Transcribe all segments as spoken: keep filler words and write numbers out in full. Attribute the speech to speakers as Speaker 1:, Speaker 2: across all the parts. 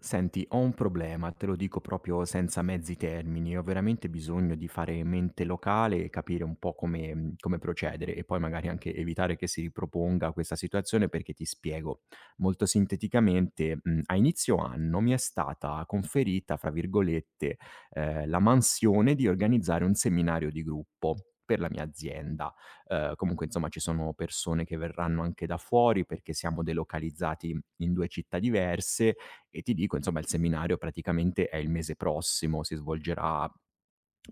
Speaker 1: Senti, ho un problema, te lo dico proprio senza mezzi termini, ho veramente bisogno di fare mente locale e capire un po' come, mhmm, come procedere e poi magari anche evitare che si riproponga questa situazione perché ti spiego. Molto sinteticamente, mhmm, a inizio anno mi è stata conferita, fra virgolette, ehm, la mansione di organizzare un seminario di gruppo per la mia azienda. Ehm, comunque insomma ci sono persone che verranno anche da fuori perché siamo delocalizzati in due città diverse e ti dico, insomma, il seminario praticamente è il mese prossimo, si svolgerà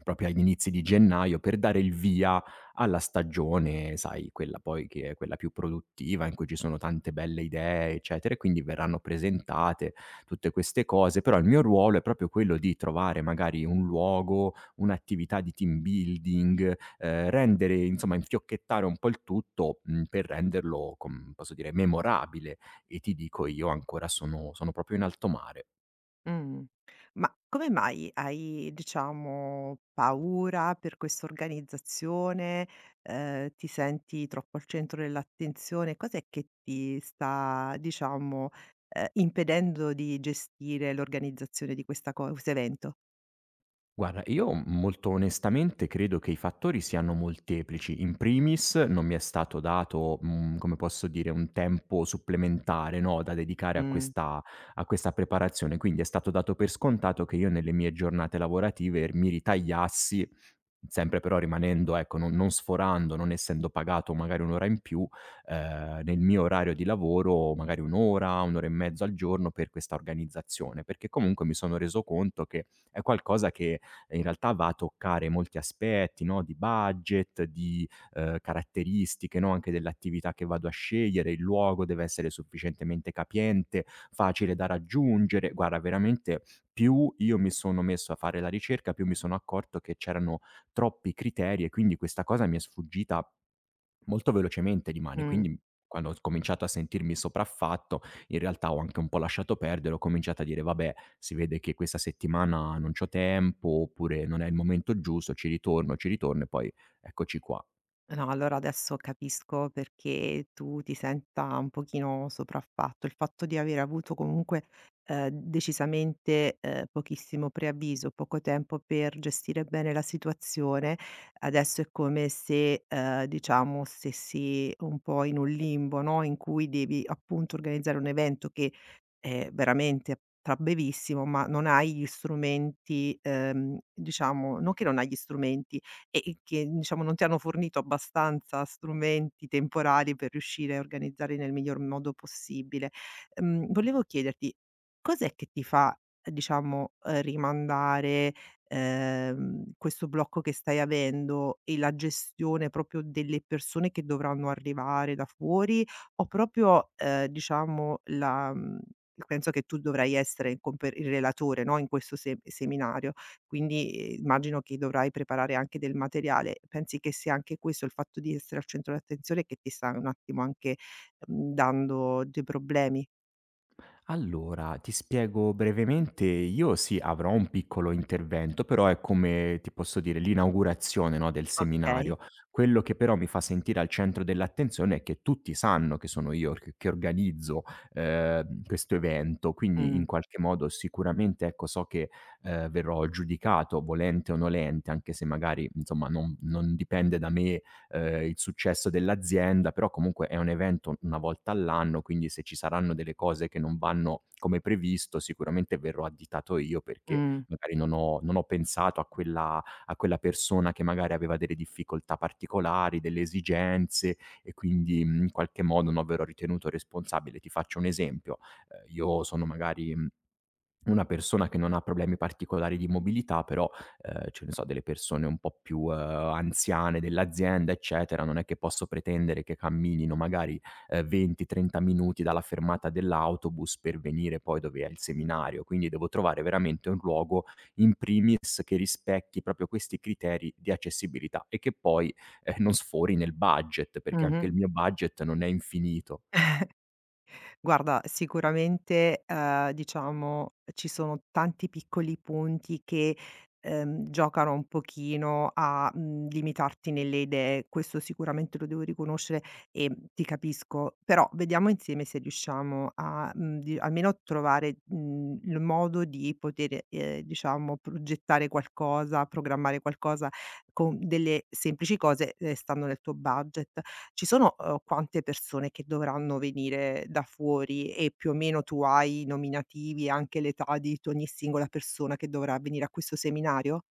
Speaker 1: proprio agli inizi di gennaio per dare il via alla stagione, sai, quella poi che è quella più produttiva, in cui ci sono tante belle idee, eccetera, e quindi verranno presentate tutte queste cose, però il mio ruolo è proprio quello di trovare magari un luogo, un'attività di team building, ehm, rendere insomma, infiocchettare un po' il tutto, mhmm, per renderlo com posso dire, memorabile. E ti dico io ancora sono sono proprio in alto mare.
Speaker 2: Mh. Ma come mai hai, diciamo, paura per questa organizzazione? Ehm, ti senti troppo al centro dell'attenzione? Cos'è che ti sta, diciamo, ehm, impedendo di gestire l'organizzazione di questa co questo evento?
Speaker 1: Guarda, io molto onestamente credo che i fattori siano molteplici. In primis non mi è stato dato, mhmm, come posso dire, un tempo supplementare, no, da dedicare a
Speaker 2: Mh,
Speaker 1: questa a questa preparazione, quindi è stato dato per scontato che io nelle mie giornate lavorative mi ritagliassi, sempre però rimanendo ecco, non non sforando, non essendo pagato magari un' ora in più, ehm, nel mio orario di lavoro magari un' ora, un' ora e mezzo al giorno per questa organizzazione, perché comunque mi sono reso conto che è qualcosa che in realtà va a toccare molti aspetti, no, di budget, di, ehm, caratteristiche, no, anche dell'attività che vado a scegliere, il luogo deve essere sufficientemente capiente, facile da raggiungere. Guarda, veramente più io mi sono messo a fare la ricerca, più mi sono accorto che c'erano troppi criteri e quindi questa cosa mi è sfuggita molto velocemente di mano e
Speaker 2: mh.
Speaker 1: quindi quando ho cominciato a sentirmi sopraffatto in realtà ho anche un po' lasciato perdere, ho cominciato a dire: "Vabbè, si vede che questa settimana non c'ho tempo", oppure "Non è il momento giusto", ci ritorno, ci ritorno e poi eccoci qua.
Speaker 2: No, allora adesso capisco perché tu ti senta un pochino sopraffatto. Il fatto di aver avuto comunque, ehm, decisamente, ehm, pochissimo preavviso, poco tempo per gestire bene la situazione, adesso è come se, ehm, diciamo stessi un po' in un limbo, no, in cui devi appunto organizzare un evento che Ehm, veramente tra brevissimo, ma non hai gli strumenti, ehm, diciamo non che non hai gli strumenti, e e che diciamo non ti hanno fornito abbastanza strumenti temporali per riuscire a organizzare nel miglior modo possibile. Mhmm, volevo chiederti, cos'è che ti fa, eh, diciamo, ehm, rimandare, ehm, questo blocco che stai avendo e la gestione proprio delle persone che dovranno arrivare da fuori o proprio, ehm, diciamo la mhmm. Penso che tu dovrai essere il compe il relatore, no, in questo se seminario, quindi eh, immagino che dovrai preparare anche del materiale. Pensi che sia anche questo, il fatto di essere al centro dell'attenzione, che ti sta un attimo anche, mhmm, dando dei problemi?
Speaker 1: Allora, ti spiego brevemente, io sì avrò un piccolo intervento, però è come, ti posso dire, l'inaugurazione, no, del seminario.
Speaker 2: Okay.
Speaker 1: Quello che però mi fa sentire al centro dell'attenzione è che tutti sanno che sono io che che organizzo, ehm, questo evento, quindi in
Speaker 2: Mh.
Speaker 1: qualche modo sicuramente, ecco, so che, ehm, verrò giudicato, volente o nolente, anche se magari, insomma, non non dipende da me ehm, il successo dell'azienda, però comunque è un evento una volta all'anno, quindi se ci saranno delle cose che non vanno come previsto, sicuramente verrò additato io perché
Speaker 2: Mh.
Speaker 1: magari non ho non ho pensato a quella a quella persona che magari aveva delle difficoltà particolari, delle esigenze e quindi, mhmm, in qualche modo non verrò ritenuto responsabile. Ti faccio un esempio: ehm, io sono magari, mhmm una persona che non ha problemi particolari di mobilità, però, ehm, ce ne so, delle persone un po' più, ehm, anziane dell'azienda, eccetera, non è che posso pretendere che camminino magari, ehm, venti, trenta minuti dalla fermata dell'autobus per venire poi dove è il seminario. Quindi devo trovare veramente un luogo, in primis, che rispecchi proprio questi criteri di accessibilità e che poi, ehm, non sfori nel budget, perché anche il
Speaker 2: Mh-mh.
Speaker 1: mio budget non è infinito.
Speaker 2: Guarda, sicuramente, ehm, diciamo, ci sono tanti piccoli punti che, ehm, giocano un pochino a, mhmm, limitarti nelle idee. Questo sicuramente lo devo riconoscere e ti capisco, però vediamo insieme se riusciamo a, mhmm, di almeno trovare, mhmm, il modo di poter, ehm, diciamo, progettare qualcosa, programmare qualcosa con delle semplici cose, ehm, stando nel tuo budget. Ci sono, uhm, quante persone che dovranno venire da fuori e più o meno tu hai i nominativi e anche l'età di t ogni singola persona che dovrà venire a questo seminario?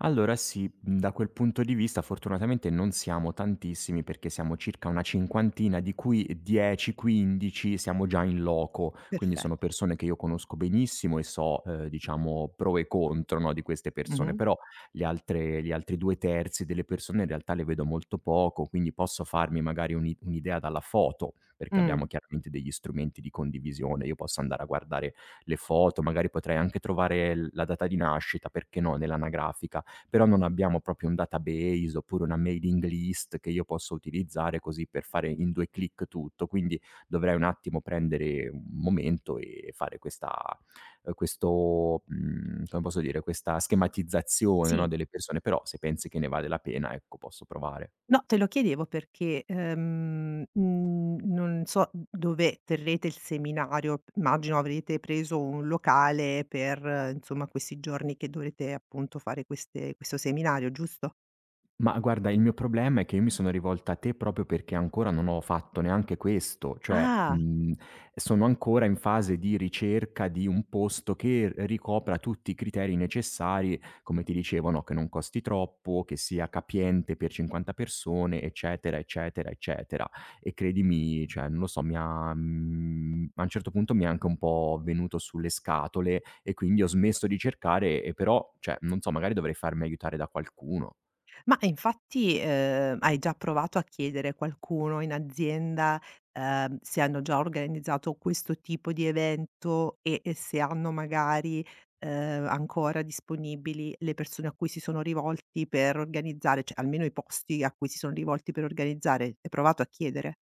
Speaker 1: Allora sì, mhmm, da quel punto di vista fortunatamente non siamo tantissimi, perché siamo circa una cinquantina, di cui dieci, quindici siamo già in loco, quindi sono
Speaker 2: Perfetto.
Speaker 1: persone che io conosco benissimo e so, ehm, diciamo pro e contro, no, di queste persone.
Speaker 2: Mh-mh.
Speaker 1: Però le altre gli altri due terzi delle persone in realtà le vedo molto poco, quindi posso farmi magari un'i un'idea dalla foto, perché
Speaker 2: Mh.
Speaker 1: abbiamo chiaramente degli strumenti di condivisione, io posso andare a guardare le foto, magari potrei anche trovare l la data di nascita, perché no, nell'anagrafica però non abbiamo proprio un database oppure una mailing list che io posso utilizzare così per fare in due clic tutto. Quindi dovrei un attimo prendere un momento e fare questa ehm, questo mhmm, come posso dire, questa schematizzazione,
Speaker 2: Sì.
Speaker 1: no, delle persone, però se pensi che ne vale la pena, ecco, posso provare.
Speaker 2: No, te lo chiedevo perché, ehm, mhmm, non so d dove terrete il seminario, immagino avrete preso un locale per, eh, insomma, questi giorni che dovrete appunto fare queste questo seminario, giusto?
Speaker 1: Ma guarda, il mio problema è che io mi sono rivolta a te proprio perché ancora non ho fatto neanche questo, cioè,
Speaker 2: Ah.
Speaker 1: mhmm, sono ancora in fase di ricerca di un posto che ricopra tutti i criteri necessari, come ti dicevo, no, che non costi troppo, che sia capiente per cinquanta persone, eccetera, eccetera, eccetera. E credimi, cioè, non lo so, mi ha mhmm, a un certo punto mi è anche un po' venuto sulle scatole e quindi ho smesso di cercare e però, cioè, non so, magari dovrei farmi aiutare da qualcuno.
Speaker 2: Ma infatti, ehm, hai già provato a chiedere a qualcuno in azienda, ehm, se hanno già organizzato questo tipo di evento e e se hanno magari, ehm, ancora disponibili le persone a cui si sono rivolti per organizzare, cioè almeno i posti a cui si sono rivolti per organizzare? Hai provato a chiedere?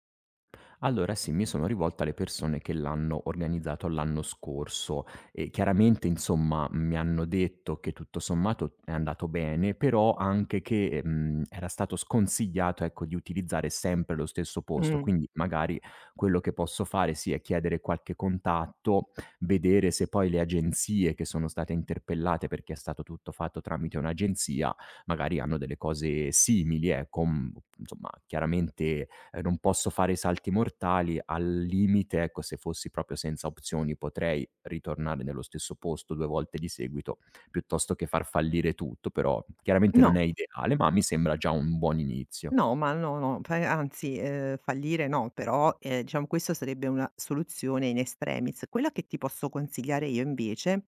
Speaker 1: Allora sì, mi sono rivolto alle persone che l'hanno organizzato l'anno scorso e chiaramente insomma mi hanno detto che tutto sommato è andato bene, però anche che, mhmm, era stato sconsigliato, ecco, di utilizzare sempre lo stesso posto.
Speaker 2: Mh.
Speaker 1: Quindi magari quello che posso fare sì è chiedere qualche contatto, vedere se poi le agenzie che sono state interpellate, perché è stato tutto fatto tramite un'agenzia, magari hanno delle cose simili, ecco, mhmm, insomma chiaramente ehm, non posso fare salti mortali, al limite, ecco, se fossi proprio senza opzioni potrei ritornare nello stesso posto due volte di seguito, piuttosto che far fallire tutto, però chiaramente non
Speaker 2: No.
Speaker 1: è ideale, ma mi sembra già un buon inizio.
Speaker 2: No, ma no, no, fai anzi, ehm, fallire no, però, ehm, diciamo questa sarebbe una soluzione in extremis. Quella che ti posso consigliare io invece,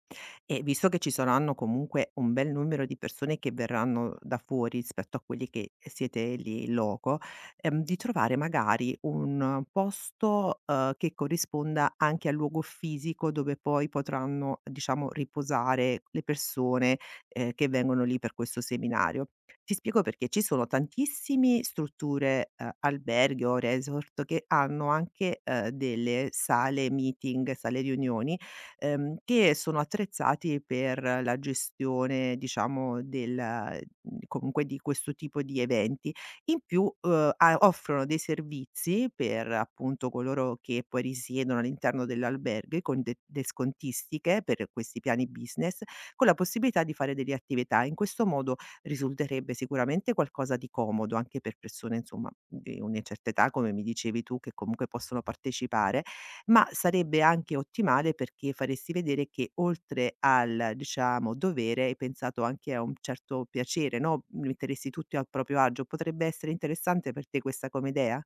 Speaker 2: e visto che ci saranno comunque un bel numero di persone che verranno da fuori rispetto a quelli che siete lì in loco, ehm, di trovare magari un posto, uhm, che corrisponda anche al luogo fisico dove poi potranno, diciamo, riposare le persone, ehm, che vengono lì per questo seminario. Ti spiego perché ci sono tantissime strutture, ehm, alberghi o resort che hanno anche, ehm, delle sale meeting, sale riunioni, ehm, che sono attrezzati per la gestione diciamo del mhmm, comunque di questo tipo di eventi. In più, uhm, a offrono dei servizi per appunto coloro che poi risiedono all'interno dell'alberghe con de de scontistiche per questi piani business, con la possibilità di fare delle attività. In questo modo risulterebbe sicuramente qualcosa di comodo anche per persone, insomma, di una certa età, come mi dicevi tu, che comunque possono partecipare, ma sarebbe anche ottimale perché faresti vedere che oltre al, diciamo, dovere hai pensato anche a un certo piacere, no, metteresti tutti al proprio agio. Potrebbe essere interessante per te questa come idea?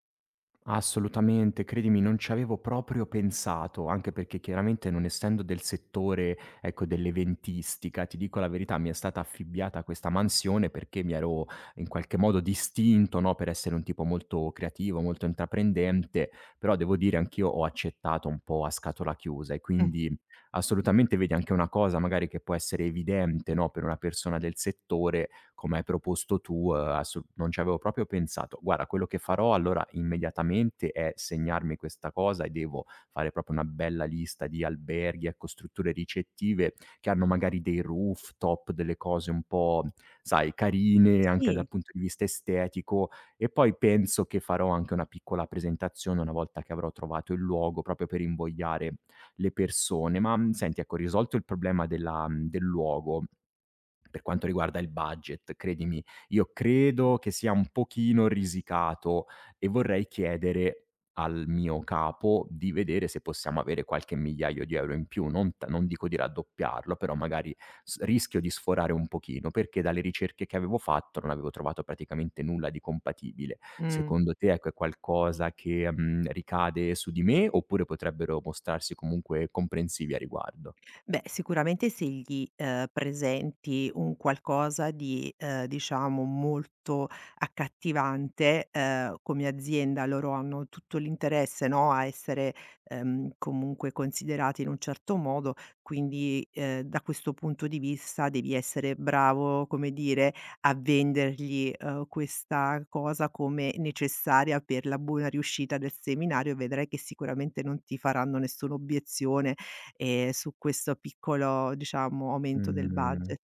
Speaker 1: Assolutamente, credimi, non ci avevo proprio pensato, anche perché chiaramente non essendo del settore, ecco, dell'eventistica, ti dico la verità, mi è stata affibbiata questa mansione perché mi ero in qualche modo distinto, no, per essere un tipo molto creativo, molto intraprendente, però devo dire anch'io ho accettato un po' a scatola chiusa e
Speaker 2: Mh.
Speaker 1: quindi assolutamente vedi anche una cosa magari che può essere evidente, no, per una persona del settore, come hai proposto tu, uhm, assu non ci avevo proprio pensato. Guarda, quello che farò allora immediatamente è segnarmi questa cosa e devo fare proprio una bella lista di alberghi, ecco, strutture ricettive che hanno magari dei rooftop, delle cose un po', sai, carine anche dal
Speaker 2: Sì.
Speaker 1: punto di vista estetico e poi penso che farò anche una piccola presentazione una volta che avrò trovato il luogo, proprio per invogliare le persone. Ma, mhmm, senti, ecco, risolto il problema della mhmm, del luogo, per quanto riguarda il budget, credimi, io credo che sia un pochino risicato e vorrei chiedere al mio capo di vedere se possiamo avere qualche migliaio di euro in più, non t non dico di raddoppiarlo, però magari s rischio di sforare un pochino, perché dalle ricerche che avevo fatto non avevo trovato praticamente nulla di compatibile.
Speaker 2: Mh.
Speaker 1: Secondo te, ecco, è qualcosa che, mhmm, ricade su di me, oppure potrebbero mostrarsi comunque comprensivi a riguardo?
Speaker 2: Beh, sicuramente se gli, ehm, presenti un qualcosa di, ehm, diciamo molto accattivante, ehm, come azienda loro hanno tutto l'interesse, no, a essere, ehm, comunque considerati in un certo modo, quindi, ehm, da questo punto di vista devi essere bravo, come dire, a vendergli, ehm, questa cosa come necessaria per la buona riuscita del seminario e vedrai che sicuramente non ti faranno nessuna obiezione ehm, su questo piccolo, diciamo, aumento del
Speaker 1: Mh.
Speaker 2: budget.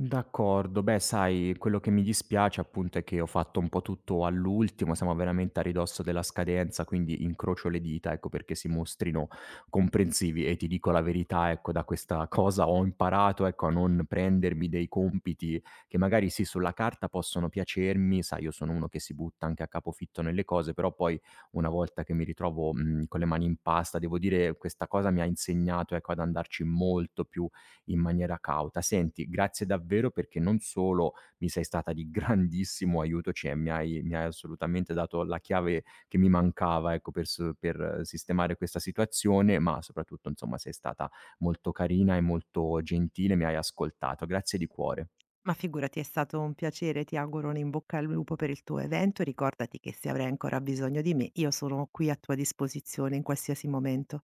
Speaker 1: D'accordo. Beh, sai, quello che mi dispiace appunto è che ho fatto un po' tutto all'ultimo, siamo veramente a ridosso della scadenza, quindi incrocio le dita, ecco, perché si mostrino comprensivi e ti dico la verità, ecco, da questa cosa ho imparato, ecco, a non prendermi dei compiti che magari sì, sulla carta possono piacermi, sai, io sono uno che si butta anche a capofitto nelle cose, però poi una volta che mi ritrovo mh, con le mani in pasta, devo dire, questa cosa mi ha insegnato, ecco, ad andarci molto più in maniera cauta. Senti, grazie davvero perché non solo mi sei stata di grandissimo aiuto, cioè mi hai mi hai assolutamente dato la chiave che mi mancava, ecco, per s per sistemare questa situazione, ma soprattutto, insomma, sei stata molto carina e molto gentile, mi hai ascoltato. Grazie di cuore.
Speaker 2: Ma figurati, è stato un piacere, ti auguro un in bocca al lupo per il tuo evento e ricordati che se avrai ancora bisogno di me, io sono qui a tua disposizione in qualsiasi momento.